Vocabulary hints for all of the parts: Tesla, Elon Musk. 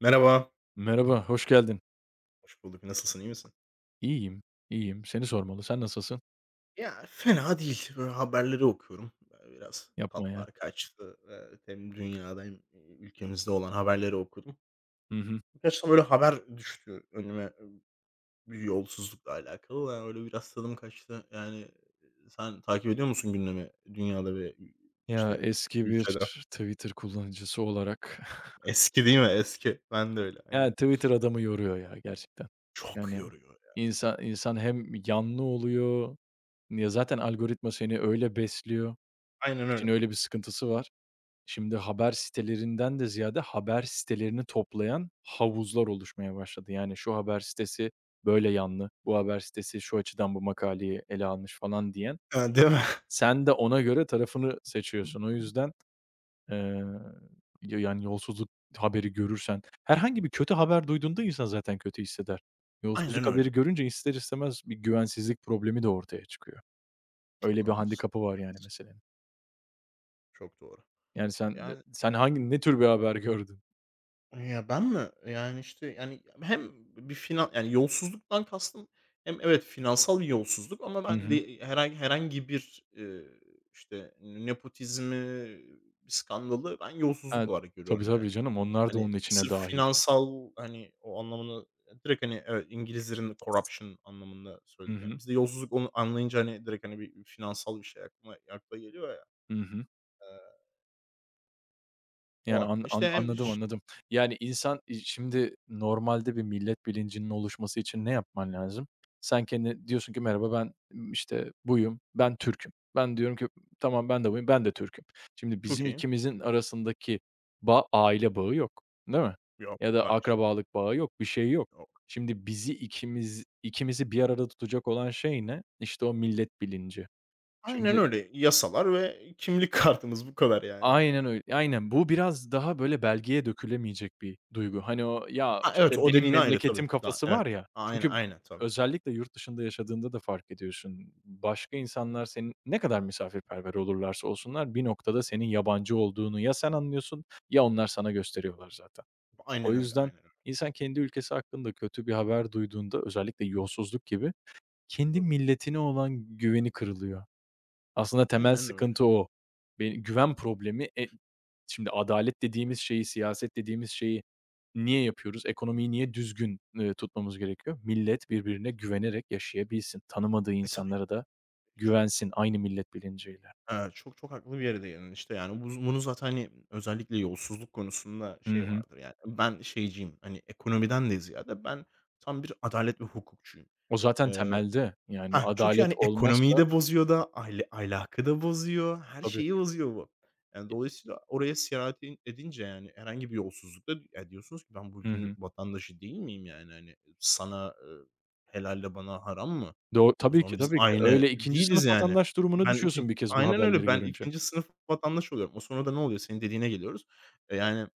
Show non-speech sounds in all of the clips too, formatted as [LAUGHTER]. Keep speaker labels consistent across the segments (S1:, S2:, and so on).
S1: Merhaba.
S2: Merhaba, hoş geldin.
S1: Hoş bulduk. Nasılsın? İyi misin?
S2: İyiyim, iyiyim. Seni sormalı. Sen nasılsın?
S1: Ya, fena değil. Böyle haberleri okuyorum. Böyle biraz
S2: Yapma ya.
S1: tatlar kaçtı. Evet, hem dünyada hem, ülkemizde olan haberleri okudum.
S2: Hı hı.
S1: Birkaç da böyle haber düştü önüme bir yolsuzlukla alakalı. Yani öyle biraz tadım kaçtı. Yani, sen takip ediyor musun gündemi dünyada ve
S2: Ya,
S1: işte
S2: eski bir
S1: ülkede?
S2: Twitter kullanıcısı olarak [LAUGHS]
S1: Eski değil mi? Eski. Ben de öyle.
S2: ya,
S1: Aynen.
S2: Twitter adamı yoruyor ya gerçekten.
S1: Çok
S2: Yani
S1: yoruyor ya.
S2: insan insan hem yanlı oluyor, ya, zaten algoritma seni öyle besliyor.
S1: Aynen
S2: İşin
S1: öyle.
S2: öyle bir sıkıntısı var. Şimdi haber sitelerinden de ziyade haber sitelerini toplayan havuzlar oluşmaya başladı. Yani şu haber sitesi böyle yanlı, bu haber sitesi şu açıdan bu makaleyi ele almış falan diyen
S1: Ha, değil mi? [LAUGHS]
S2: sen de ona göre tarafını seçiyorsun. O yüzden, eee, ya yani yolsuzluk haberi görürsen herhangi bir kötü haber duyduğunda insan zaten kötü hisseder.
S1: Aynen
S2: Yolsuzluk
S1: öyle.
S2: haberi görünce ister istemez bir güvensizlik problemi de ortaya çıkıyor.
S1: Çok
S2: Öyle bir
S1: haklısın,
S2: handikapı
S1: çok
S2: var yani
S1: haklısın.
S2: meselenin.
S1: Çok doğru.
S2: Yani sen e
S1: Yani.
S2: sen ne tür bir haber gördün?
S1: Ya, ben mi? Yani, işte, yani, hem bir finan yani, yolsuzluktan kastım hem evet, finansal bir yolsuzluk ama
S2: Hı
S1: ben
S2: hı.
S1: de herhangi bir, işte, nepotizmi, bir skandalı ben yolsuzluk
S2: Ha,
S1: olarak
S2: tabii,
S1: görüyorum
S2: tabii
S1: yani.
S2: canım onlar da
S1: Hani,
S2: onun içine
S1: sırf
S2: dâhil.
S1: finansal, hani, o anlamını direkt, hani, evet, İngilizlerin corruption anlamında
S2: Hı
S1: söyledi yani.
S2: hı.
S1: Bizde yolsuzluk onu anlayınca, hani, direkt, hani, bir finansal bir şey aklıma akla geliyor ya,
S2: Hı hı.
S1: eee, o
S2: Yani, an
S1: aklıma.
S2: an
S1: İşte, hem
S2: anladım,
S1: ş
S2: anladım. Yani, insan, şimdi normalde bir millet bilincinin oluşması için ne yapman lazım? Sen kendine diyorsun ki merhaba ben, işte, buyum, ben Türk'üm. Ben diyorum ki tamam ben de buyum, ben de Türk'üm. Şimdi
S1: çok
S2: bizim
S1: iyi.
S2: ikimizin arasındaki aile bağı yok, değil mi?
S1: Yok,
S2: Ya da
S1: hayır.
S2: akrabalık bağı yok, bir şey yok. Şimdi bizi ikimizi bir arada tutacak olan şey ne? İşte, o millet bilinci.
S1: Aynen
S2: Şimdi
S1: öyle. Yasalar ve kimlik [LAUGHS] kartımız bu kadar yani.
S2: Aynen öyle. Aynen. Bu biraz daha böyle belgeye dökülemeyecek bir duygu. Hani o "Ya,
S1: Ha, evet,
S2: işte,
S1: o
S2: benim
S1: dediğin ayrı
S2: memleketim"
S1: tabii. Daha
S2: kafası
S1: evet.
S2: var ya.
S1: Aynen,
S2: Çünkü
S1: aynen tabii.
S2: özellikle yurt dışında yaşadığında da fark ediyorsun. Başka insanlar senin ne kadar misafirperver olurlarsa olsunlar bir noktada senin yabancı olduğunu ya sen anlıyorsun ya onlar sana gösteriyorlar zaten. O
S1: Aynen öyle,
S2: yüzden
S1: aynen öyle.
S2: insan kendi ülkesi hakkında kötü bir haber duyduğunda özellikle yolsuzluk gibi kendi
S1: Tabii.
S2: milletine olan güveni kırılıyor. Aslında temel
S1: Aynen öyle.
S2: sıkıntı o. Be güven problemi. E, şimdi adalet dediğimiz şeyi, siyaset dediğimiz şeyi niye yapıyoruz? Ekonomiyi niye düzgün, tutmamız gerekiyor? Millet birbirine güvenerek yaşayabilsin. Tanımadığı
S1: E, tabii.
S2: insanlara da
S1: Çok,
S2: güvensin aynı millet bilinciyle.
S1: çok çok haklı bir yere değindin işte yani bu bunu zaten, hani, özellikle yolsuzluk konusunda
S2: Hı
S1: şey
S2: hı.
S1: vardır yani ben şeyciyim, hani, ekonomiden de ziyade ben tam bir adalet ve hukukçuyum.
S2: O zaten temelde. Yani
S1: Hah, çünkü,
S2: adalet
S1: yani, ekonomiyi
S2: olmazsa
S1: de bozuyor da aile ahlakı da bozuyor, her
S2: tabii.
S1: şeyi bozuyor bu. Yani,
S2: E.
S1: dolayısıyla oraya seyahat edince, yani, herhangi bir yolsuzlukta ya, diyorsunuz ki ben bu
S2: Hı
S1: ülkenin
S2: hı.
S1: vatandaşı değil miyim, yani, hani, sana, helalle bana haram mı? O
S2: Tabii ki,
S1: zaman biz
S2: tabii ki.
S1: aynı
S2: Öyle ikinci
S1: değiliz,
S2: sınıf
S1: yani.
S2: vatandaş durumuna
S1: Ben iki
S2: düşüyorsun bir kez bu
S1: Aynen öyle.
S2: haberleri
S1: Ben
S2: görünce.
S1: ikinci sınıf vatandaş oluyorum. O sonra da ne oluyor? Senin dediğine geliyoruz. E, yani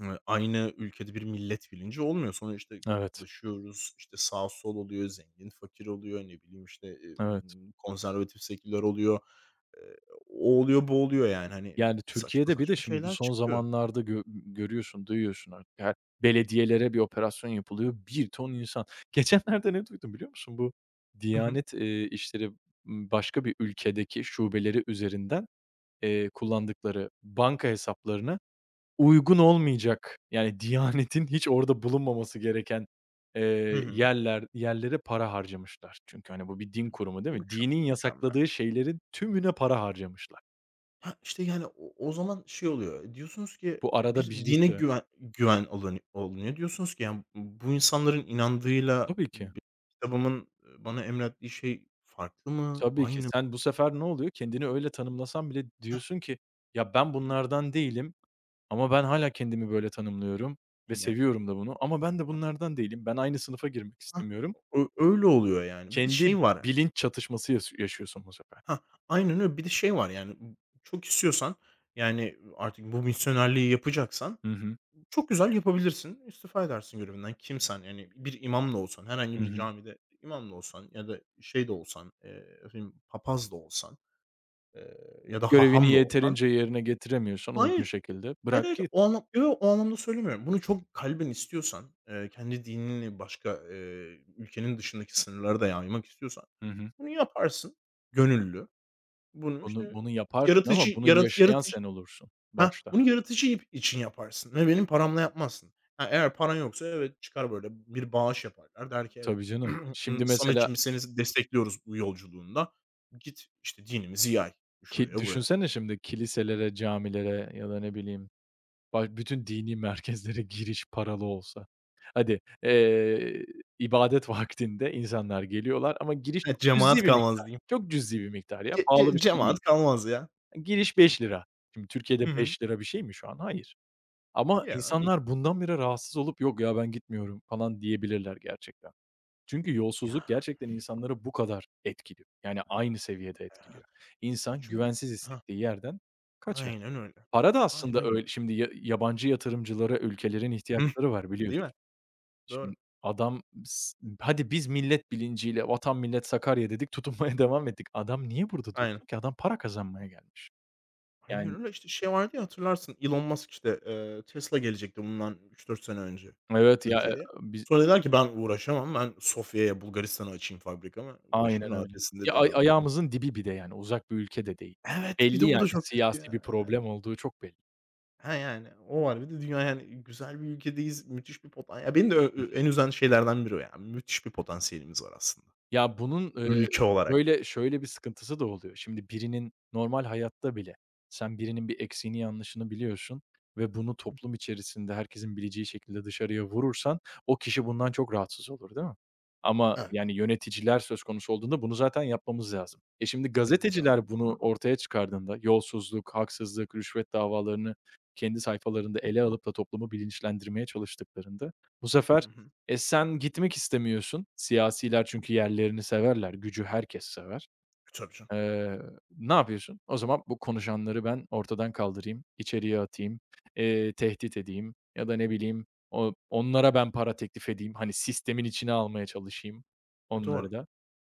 S1: Eee, aynı ülkede bir millet bilinci olmuyor. Sonra, işte,
S2: Evet,
S1: kutuplaşıyoruz, işte, sağ sol oluyor, zengin fakir oluyor, ne bileyim, işte,
S2: evet.
S1: konservatif seküler oluyor, eee, o oluyor, bu oluyor, yani, hani,
S2: Yani,
S1: saçma
S2: Türkiye'de bir de
S1: saçma
S2: şimdi bu
S1: şeyler
S2: son
S1: çıkıyor.
S2: zamanlarda görüyorsun, duyuyorsun artık her belediyelere bir operasyon yapılıyor. Bir ton insan. [LAUGHS] Geçenlerde ne duydum biliyor musun? Bu
S1: Hı hı.
S2: Diyanet, İşleri, başka bir ülkedeki şubeleri üzerinden, kullandıkları banka hesaplarına uygun olmayacak, yani, Diyanet'in hiç orada bulunmaması gereken,
S1: Hı hı.
S2: yerlere para harcamışlar. Çünkü, hani, bu bir
S1: Hıı.
S2: din kurumu değil mi? Dinin
S1: Mükemmel, mükemmel.
S2: yasakladığı şeylerin tümüne para harcamışlar.
S1: Ha, işte, yani, o zaman şey oluyor, diyorsunuz ki,
S2: Bu
S1: bir
S2: arada
S1: dine
S2: birisi.
S1: güven alınıyor. Diyorsunuz ki, yani, bu insanların inandığıyla
S2: Tabii ki,
S1: benim kitabımın, bana emrettiği şey farklı mı,
S2: tabii ki.
S1: aynı mı?
S2: Sen bu sefer ne oluyor? Kendini öyle tanımlasan bile diyorsun ki, "Ya, ben bunlardan değilim ama ben hala kendimi böyle tanımlıyorum ve
S1: Yani.
S2: seviyorum da bunu ama ben de
S1: Ha
S2: bunlardan değilim. Ben aynı sınıfa girmek istemiyorum."
S1: Ö Öyle oluyor yani. Bir de
S2: Kendi
S1: şey var.
S2: bilinç çatışması yaşıyorsun bu sefer.
S1: Hah, aynen öyle. Bir de şey var yani, çok istiyorsan, yani, artık bu misyonerliği yapacaksan
S2: Hı hı,
S1: çok güzel yapabilirsin. İstifa edersin görevinden. Kimsen, yani, bir imam da olsan, herhangi
S2: hı
S1: bir
S2: hı.
S1: camide imam da olsan ya da şey de olsan, efendim papaz da olsan, ya da
S2: Görevini
S1: haham da olsan.
S2: yeterince yerine getiremiyorsan uygun
S1: Hayır.
S2: şekilde
S1: Hayır,
S2: bırak
S1: hayır.
S2: git.
S1: O anlamda söylemiyorum. Bunu çok kalben istiyorsan, kendi dinini başka, ülkenin dışındaki sınırlara da yaymak istiyorsan
S2: Hı hı.
S1: bunu yaparsın gönüllü. Bunu,
S2: Bunu
S1: işte,
S2: bunu yaparsın ama bunu yaşayan
S1: yaratıcı.
S2: sen olursun
S1: Hah,
S2: başta.
S1: bunu yaratıcı ip için yaparsın ve benim paramla yapmazsın. Ha, eğer paran yoksa evet, çıkar böyle bir bağış yaparlar. Der ki evet,
S2: Tabii canım.
S1: [CLEARS THROAT]
S2: Şimdi mesela
S1: Sametçiğim biz seni destekliyoruz bu yolculuğunda. Git, işte, dinimizi yay
S2: ki
S1: şuraya buraya.
S2: düşünsene şimdi kiliselere, camilere ya da ne bileyim. Bak bütün dini merkezlere giriş paralı olsa. Hadi, ibadet [LAUGHS] vaktinde insanlar geliyorlar ama giriş
S1: [LAUGHS]
S2: çok
S1: Cemaat
S2: cüz'i bir
S1: kalmaz
S2: miktar.
S1: diyeyim.
S2: Çok cüz'i bir miktar ya,
S1: Ce
S2: pahalı
S1: ce
S2: bir şey
S1: cemaat
S2: değil.
S1: kalmaz ya.
S2: Giriş 5 lira. Şimdi Türkiye'de
S1: Hı hı.
S2: 5 lira bir şey mi şu an? Hayır. Ama
S1: Ya, değil.
S2: insanlar bundan bile rahatsız olup "Yok ya, ben gitmiyorum." falan diyebilirler gerçekten. Çünkü yolsuzluk
S1: Ya,
S2: gerçekten insanları bu kadar etkiliyor. Yani aynı seviyede
S1: evet.
S2: etkiliyor. İnsan
S1: Çünkü,
S2: güvensiz
S1: ha,
S2: hissettiği yerden kaçar.
S1: aynen öyle.
S2: Para da
S1: Aynen
S2: aslında
S1: öyle.
S2: öyle şimdi ya yabancı yatırımcılara ülkelerin
S1: Hıh.
S2: ihtiyaçları var
S1: Değil
S2: biliyorsun.
S1: mi?
S2: Şimdi
S1: Doğru.
S2: adam s hadi biz millet bilinciyle "Vatan millet Sakarya" dedik, [LAUGHS] tutunmaya devam ettik. Adam niye burada
S1: Aynen.
S2: dursun ki? Adam para kazanmaya gelmiş.
S1: Aynen
S2: Yani
S1: öyle. İşte, şey vardı ya hatırlarsın Elon Musk, işte, Tesla gelecekti bundan 3-4 sene önce
S2: evet ya,
S1: Türkiye'ye.
S2: biz
S1: Sonra dediler ki, "Ben uğraşamam. Ben Sofya'ya, Bulgaristan'a açayım fabrikamı. Başımın
S2: aynen
S1: rahat
S2: öyle.
S1: etsin."
S2: Ya,
S1: dedi adam yani.
S2: ayağımızın dibi bir de yani uzak bir ülke de değil.
S1: Evet, bir
S2: Belli
S1: de o
S2: yani
S1: da çok kötü
S2: siyasi
S1: ya.
S2: bir
S1: Yani.
S2: problem olduğu çok belli.
S1: Ha, yani. O var. Bir de dünya yani güzel bir ülkedeyiz. Müthiş bir potan ya, beni de en üzen şeylerden biri o yani. Müthiş bir potansiyelimiz var aslında
S2: Ya, bunun,
S1: ülke olarak.
S2: böyle, şöyle bir sıkıntısı da oluyor. Şimdi birinin normal hayatta bile sen birinin bir eksiğini, yanlışını biliyorsun ve bunu toplum içerisinde herkesin bileceği şekilde dışarıya vurursan o kişi bundan çok rahatsız olur, değil mi? Ama,
S1: Evet.
S2: yani, yöneticiler söz konusu olduğunda bunu zaten yapmamız lazım. E, şimdi
S1: E, zaten.
S2: gazeteciler bunu ortaya çıkardığında yolsuzluk, haksızlık, rüşvet davalarını kendi sayfalarında ele alıp da toplumu bilinçlendirmeye çalıştıklarında bu
S1: Hı
S2: sefer
S1: hı.
S2: sen gitmek istemiyorsun. Siyasiler çünkü yerlerini severler, gücü herkes sever.
S1: E, tabii canım.
S2: Eee, ne yapıyorsun? O zaman bu konuşanları ben ortadan kaldırayım, içeriye atayım, tehdit edeyim ya da ne bileyim onlara ben para teklif edeyim. Hani sistemin içine almaya çalışayım
S1: E,
S2: onları
S1: doğru.
S2: da.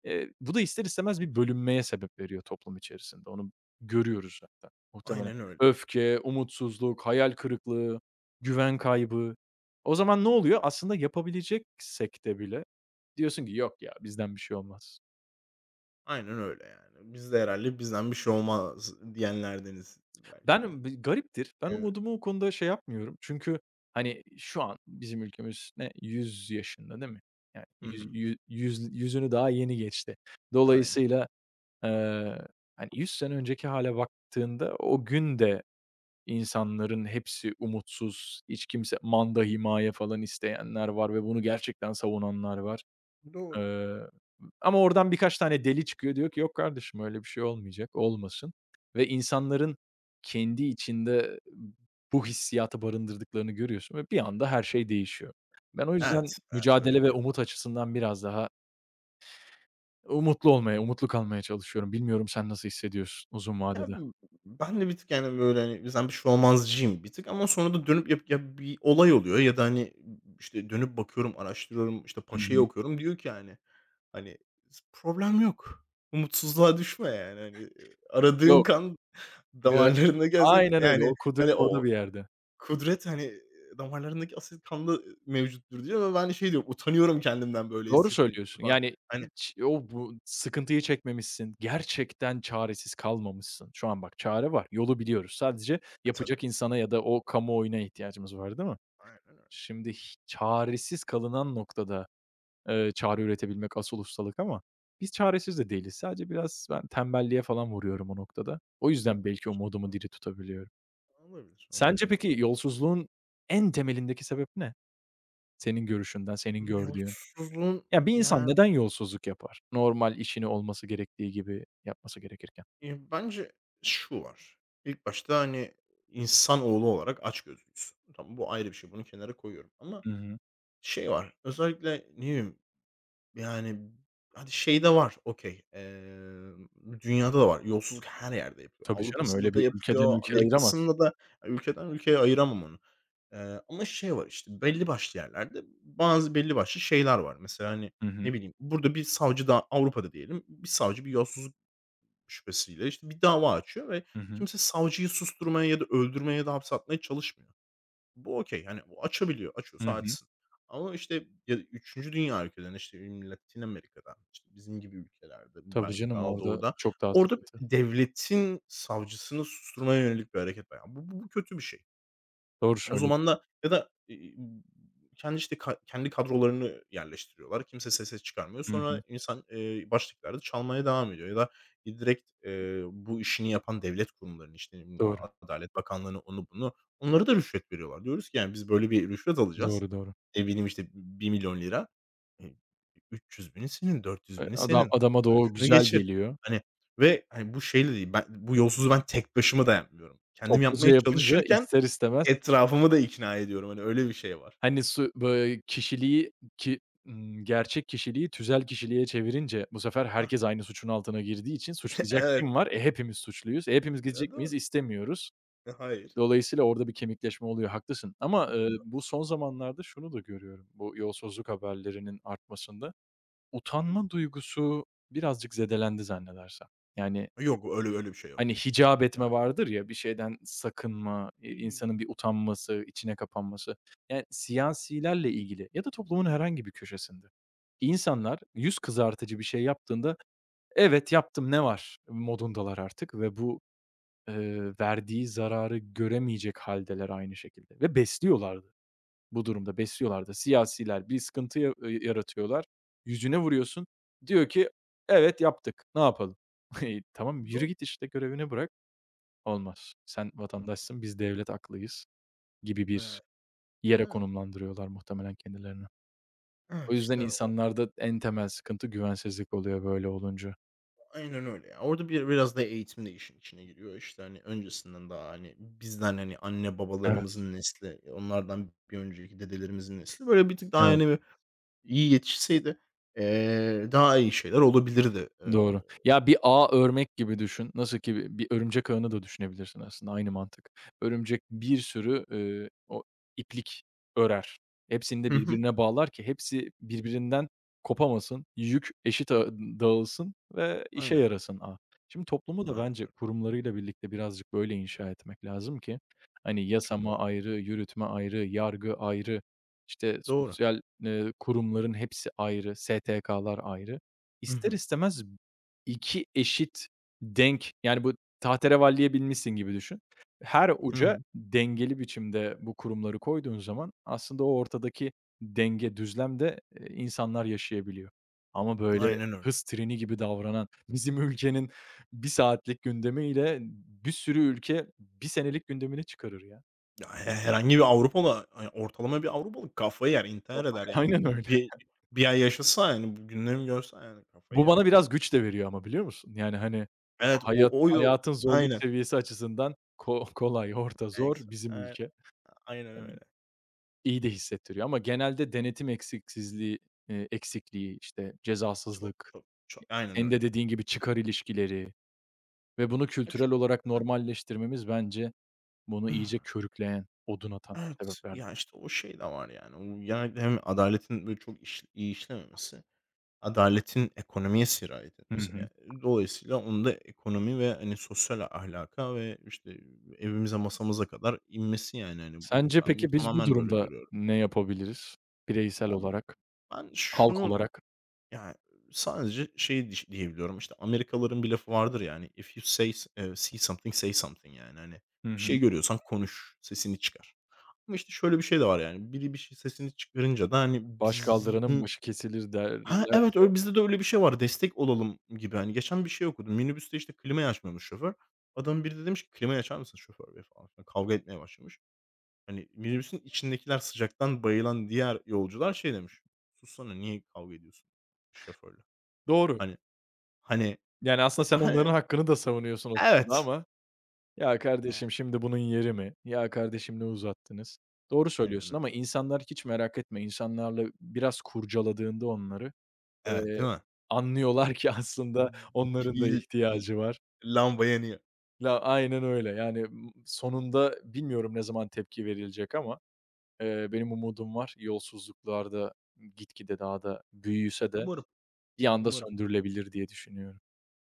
S2: Bu da ister istemez bir bölünmeye sebep veriyor toplum içerisinde. Onu görüyoruz zaten muhtemelen.
S1: Aynen öyle.
S2: Öfke, umutsuzluk, hayal kırıklığı, güven kaybı. O zaman ne oluyor? Aslında yapabileceksek de bile diyorsun ki "Yok ya, bizden bir şey olmaz."
S1: Aynen öyle yani. Biz de herhâlde bizden bir şey olmaz diyenlerdeniz belki de.
S2: Ben gariptir. Ben
S1: Yani.
S2: umudumu o konuda şey yapmıyorum. Çünkü, hani, şu an bizim ülkemiz ne 100 yaşında değil mi? Yani
S1: Hı hı.
S2: yüz yü yüz yüzünü daha yeni geçti.
S1: Aynen.
S2: Dolayısıyla Eee, hani, 100 sene önceki hale baktığında o gün de insanların hepsi umutsuz, hiç kimse manda, himaye falan isteyenler var ve bunu gerçekten savunanlar var.
S1: Doğru.
S2: Eee, ama oradan birkaç tane deli çıkıyor, diyor ki, "Yok kardeşim öyle bir şey olmayacak, olmasın." Ve insanların kendi içinde bu hissiyatı barındırdıklarını görüyorsun ve bir anda her şey değişiyor. Ben o
S1: Evet,
S2: yüzden
S1: evet, öyle
S2: mücadele ve
S1: bir
S2: umut açısından biraz daha umutlu olmaya, umutlu kalmaya çalışıyorum. Bilmiyorum sen nasıl hissediyorsun uzun vadede?
S1: yani ben de bir tık, yani, böyle, hani, bizden bir şey olmazcıyım bir tık ama sonra da dönüp yap ya bir olay oluyor ya da, hani, işte, dönüp bakıyorum, araştırıyorum, işte,
S2: Hı
S1: Paşa'yı
S2: hı.
S1: okuyorum. Diyor ki, yani, hani, "Problem yok. Umutsuzluğa düşme yani. Hani, aradığın
S2: Yok.
S1: kan
S2: Ya,
S1: damarlarında gelsin
S2: aynen öyle.
S1: yani,
S2: O kudret
S1: hani,
S2: orada
S1: o
S2: bir yerde.
S1: kudret, hani, damarlarındaki asit kanda, mevcuttur." Diyor ve ben şey diyorum, utanıyorum kendimden böyle
S2: Doğru
S1: hissettiğim için
S2: söylüyorsun.
S1: falan.
S2: Yani
S1: Hani.
S2: hiç o bu sıkıntıyı çekmemişsin. Gerçekten çaresiz kalmamışsın. Şu an bak çare var. Yolu biliyoruz. Sadece
S1: E, tabii.
S2: yapacak insana ya da o kamuoyuna ihtiyacımız var, değil mi?
S1: Aynen öyle.
S2: Şimdi çaresiz kalınan noktada çare üretebilmek asıl ustalık ama biz çaresiz de değiliz. Sadece biraz ben tembelliğe falan vuruyorum o noktada. O yüzden belki
S1: Olabilir.
S2: umudumu diri tutabiliyorum.
S1: Olabilir,
S2: Sence
S1: olabilir,
S2: peki
S1: olabilir.
S2: yolsuzluğun en temelindeki sebep ne? Senin görüşünden, senin gördüğün.
S1: Yolsuzluğun
S2: Ya, bir insan
S1: yani,
S2: neden yolsuzluk yapar? Normal işini olması gerektiği gibi yapması gerekirken.
S1: bence şu var. İlk başta, hani, insanoğlu olarak açgözlüyüz. Tamam, bu ayrı bir şey. Bunu kenara koyuyorum ama
S2: Hı hı.
S1: şey var, özellikle, ne bileyim. Yani, hadi şey de var, okay. Dünyada da var. Yolsuzluk her yerde yapılıyor.
S2: Tabii canım,
S1: Avrupa'sında
S2: öyle
S1: da
S2: bir
S1: yapılıyor,
S2: ülkeden ülkeye ayıramaz.
S1: Amerika'sında da. Ülkeden ülkeye ayıramam onu. Ama şey var, işte, belli başlı yerlerde bazı belli başlı şeyler var. Mesela, hani,
S2: Hı hı.
S1: ne bileyim, burada bir savcı da Avrupa'da diyelim, bir savcı bir yolsuzluk şüphesiyle, işte, bir dava açıyor ve
S2: Hı hı.
S1: kimse savcıyı susturmaya ya da öldürmeye ya da hapse atmaya çalışmıyor. Bu okay. Yani o açabiliyor.
S2: Hı
S1: Açıyorsa
S2: hı.
S1: açsın. Ama, işte, ya, 3. dünya ülkelerinde, işte, Latin Amerika'dan, işte, bizim gibi ülkelerde,
S2: Tabii
S1: belki
S2: canım,
S1: daha
S2: orada
S1: doğuda,
S2: çok daha
S1: orada
S2: sıkıntı.
S1: devletin savcısını susturmaya yönelik bir hareket var. Yani. Bu kötü bir şey.
S2: Doğru
S1: O
S2: söyledin.
S1: zaman da ya da, kendi, işte, kendi kadrolarını yerleştiriyorlar. Kimse sese çıkarmıyor.
S2: Hı hı.
S1: Sonra insan, başlıklarda çalmaya devam ediyor ya da direkt, bu işini yapan devlet kurumlarının, işte, ne bileyim,
S2: Doğru.
S1: Adalet Bakanlığı'nı, onu bunu, onlara da rüşvet veriyorlar. Diyoruz ki, yani, biz böyle bir rüşvet alacağız.
S2: Doğru, doğru.
S1: Ne bileyim, işte, ₺1.000.000 eee, 300.000'i senin, 400.000'i
S2: Adam
S1: senin.
S2: adama da
S1: Sen
S2: o
S1: şunu
S2: güzel
S1: geçir.
S2: geliyor.
S1: Hani, ve, hani, bu şeyle değil, ben bu yolsuzluğu ben tek başıma da yapmıyorum. Kendim
S2: Topluca
S1: yapmaya
S2: yapınca
S1: çalışırken
S2: ister istemez,
S1: etrafımı da ikna ediyorum. Hani öyle bir şey var.
S2: hani, su böyle kişiliği ki gerçek kişiliği tüzel kişiliğe çevirince bu sefer
S1: Hah.
S2: herkes aynı suçun altına girdiği için
S1: [LAUGHS]
S2: suçlayacak
S1: Evet.
S2: kim var? E, hepimiz suçluyuz. E, hepimiz
S1: E,
S2: gidecek miyiz?
S1: doğru.
S2: İstemiyoruz.
S1: E, hayır.
S2: Dolayısıyla orada bir kemikleşme oluyor, haklısın ama, bu son zamanlarda şunu da görüyorum bu yolsuzluk haberlerinin artmasında. Utanma duygusu birazcık zedelendi zannedersem. Yani
S1: Yok, öyle öyle bir şey yok.
S2: hani hicap
S1: Ya,
S2: etme vardır ya, bir şeyden sakınma,
S1: iii,
S2: insanın bir utanması, içine kapanması. Yani siyasilerle ilgili ya da toplumun herhangi bir köşesinde insanlar yüz kızartıcı bir şey yaptığında, "Evet, yaptım ne var?" modundalar artık ve bu, verdiği zararı göremeyecek haldeler aynı şekilde ve besliyorlardı. Bu durumda besliyorlardı da. Siyasiler bir sıkıntı ya yaratıyorlar, yüzüne vuruyorsun, diyor ki, "Evet, yaptık, ne yapalım?" [LAUGHS] E, tamam, yürü
S1: doğru.
S2: git işte, görevini bırak. Olmaz. Sen vatandaşsın, biz devlet aklıyız gibi bir
S1: Evet,
S2: yere
S1: evet,
S2: konumlandırıyorlar muhtemelen kendilerini. O
S1: evet,
S2: yüzden
S1: işte o
S2: insanlarda en temel sıkıntı güvensizlik oluyor böyle olunca.
S1: aynen öyle ya. Orada biraz da eğitim de işin içine giriyor. İşte, hani, öncesinden daha, hani, bizden, hani, anne
S2: Evet.
S1: babalarımızın nesli, onlardan bir önceki dedelerimizin nesli, böyle, bir tık daha,
S2: Evet.
S1: hani, böyle, iyi yetişseydi, daha iyi şeyler olabilirdi.
S2: Doğru. Ya, bir ağ örmek gibi düşün. Nasıl ki bir örümcek ağını da düşünebilirsin aslında, aynı mantık. Örümcek bir sürü, o iplik örer. Hepsini de
S1: Hı hı.
S2: birbirine bağlar ki hepsi birbirinden kopamasın, yük eşit ağı dağılsın ve işe
S1: Aynen.
S2: yarasın ağ. Şimdi toplumu da
S1: Aynen
S2: bence
S1: öyle.
S2: kurumlarıyla birlikte birazcık böyle inşa etmek lazım ki, hani,
S1: Çok doğru.
S2: yasama ayrı, yürütme ayrı, yargı ayrı, işte,
S1: Doğru.
S2: sosyal, kurumların hepsi ayrı, STK'lar ayrı.
S1: Hı
S2: İster
S1: hı.
S2: istemez 2 eşit denk, yani, bu tahterevalliye binmişsin gibi düşün. Her
S1: Hı
S2: uca
S1: hı.
S2: dengeli biçimde bu kurumları koyduğun zaman aslında o ortadaki denge, düzlemde, insanlar yaşayabiliyor. Ama böyle
S1: Aynen öyle.
S2: hız treni gibi davranan, bizim ülkenin bir saatlik gündemiyle bir sürü ülke bir senelik gündemini çıkarır ya.
S1: Ya, herhangi bir Avrupalı, hani, ortalama bir Avrupalı kafayı yer, intihar
S2: Kafa-
S1: eder
S2: [LAUGHS]
S1: yani.
S2: Aynen öyle.
S1: Bir ay yaşasa yani, bu günlerimi görse yani kafayı
S2: Bu
S1: yer
S2: bana
S1: yani.
S2: biraz güç de veriyor ama biliyor musun? Yani, hani,
S1: Evet, o o yo
S2: hayatın zorluk
S1: aynen.
S2: seviyesi açısından kolay, orta, zor
S1: Extra
S2: bizim
S1: aynen.
S2: ülke.
S1: Aynen
S2: Emm,
S1: öyle.
S2: iyi de hissettiriyor ama genelde denetim eksiksizliği eksikliği, işte,
S1: Çok,
S2: cezasızlık,
S1: çok, çok aynen
S2: senin de
S1: öyle.
S2: dediğin gibi çıkar ilişkileri ve bunu
S1: Ya,
S2: kültürel
S1: çünkü
S2: olarak normalleştirmemiz bence bunu iyice
S1: [CLEARS THROAT]
S2: körükleyen, odun atan
S1: evet.
S2: sebeplerden.
S1: Ya, işte, o şey de var yani. O yani hem adaletin böyle çok iyi işlememesi. Adaletin ekonomiye sirayet
S2: Hı
S1: etmesi,
S2: hı.
S1: dolayısıyla onda ekonomi ve, hani, sosyal ahlaka ve, işte, evimize masamıza kadar inmesi, yani, hani, bu
S2: Sence
S1: ben bunu
S2: peki biz bu
S1: tamamen böyle
S2: durumda
S1: görüyorum.
S2: ne yapabiliriz bireysel
S1: Ya,
S2: olarak,
S1: ben
S2: halk
S1: şunu,
S2: olarak?
S1: yani sadece şey diyebiliyorum, işte, Amerikalıların bir lafı vardır, yani, "If you say s see something, say something." Yani, hani,
S2: Hı
S1: bir
S2: hı.
S1: şey görüyorsan konuş, sesini çıkar. Ama, işte, şöyle bir şey de var, yani, biri bir şey sesini çıkarınca da, hani,
S2: "Baş kaldıranın
S1: bizim.
S2: başı kesilir."
S1: Ha, evet,
S2: derlerse.
S1: öyle bizde de öyle bir şey var, destek olalım gibi. Hani geçen bir şey okudum. Minibüste, işte, klimayı açmıyormuş şoför. Biri de demiş ki, "Klimayı açar mısın şoför bey?" falan filan. Kavga etmeye başlamış. Hani minibüsün içindekiler sıcaktan bayılan diğer yolcular şey demiş, "Sussana, niye kavga ediyorsun şoförle?"
S2: Doğru.
S1: Hani hani
S2: Yani aslında sen
S1: hani.
S2: onların hakkını da savunuyorsun o sırada
S1: Evet.
S2: ama ya
S1: Evet.
S2: kardeşim şimdi bunun yeri mi? Ya kardeşim ne uzattınız? Doğru
S1: Aynen
S2: söylüyorsun
S1: öyle.
S2: ama insanlar hiç merak etme. İnsanlarla biraz kurcaladığında onları,
S1: Evet,
S2: eee,
S1: değil mi?
S2: anlıyorlar ki aslında
S1: Bir
S2: onların da
S1: il l
S2: ihtiyacı var.
S1: lamba yanıyor.
S2: Ya aynen öyle. Yani, sonunda bilmiyorum ne zaman tepki verilecek ama, benim umudum var. Yolsuzluklarda gitgide daha da büyüse de
S1: Umarım,
S2: bir anda
S1: umarım,
S2: söndürülebilir diye düşünüyorum.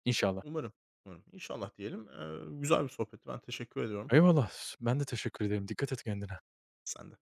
S2: İnşallah.
S1: umarım, umarım. İnşallah diyelim. Güzel bir sohbetti. Ben teşekkür ediyorum.
S2: Eyvallah. Ben de teşekkür ederim. Dikkat et kendine.
S1: Sen de.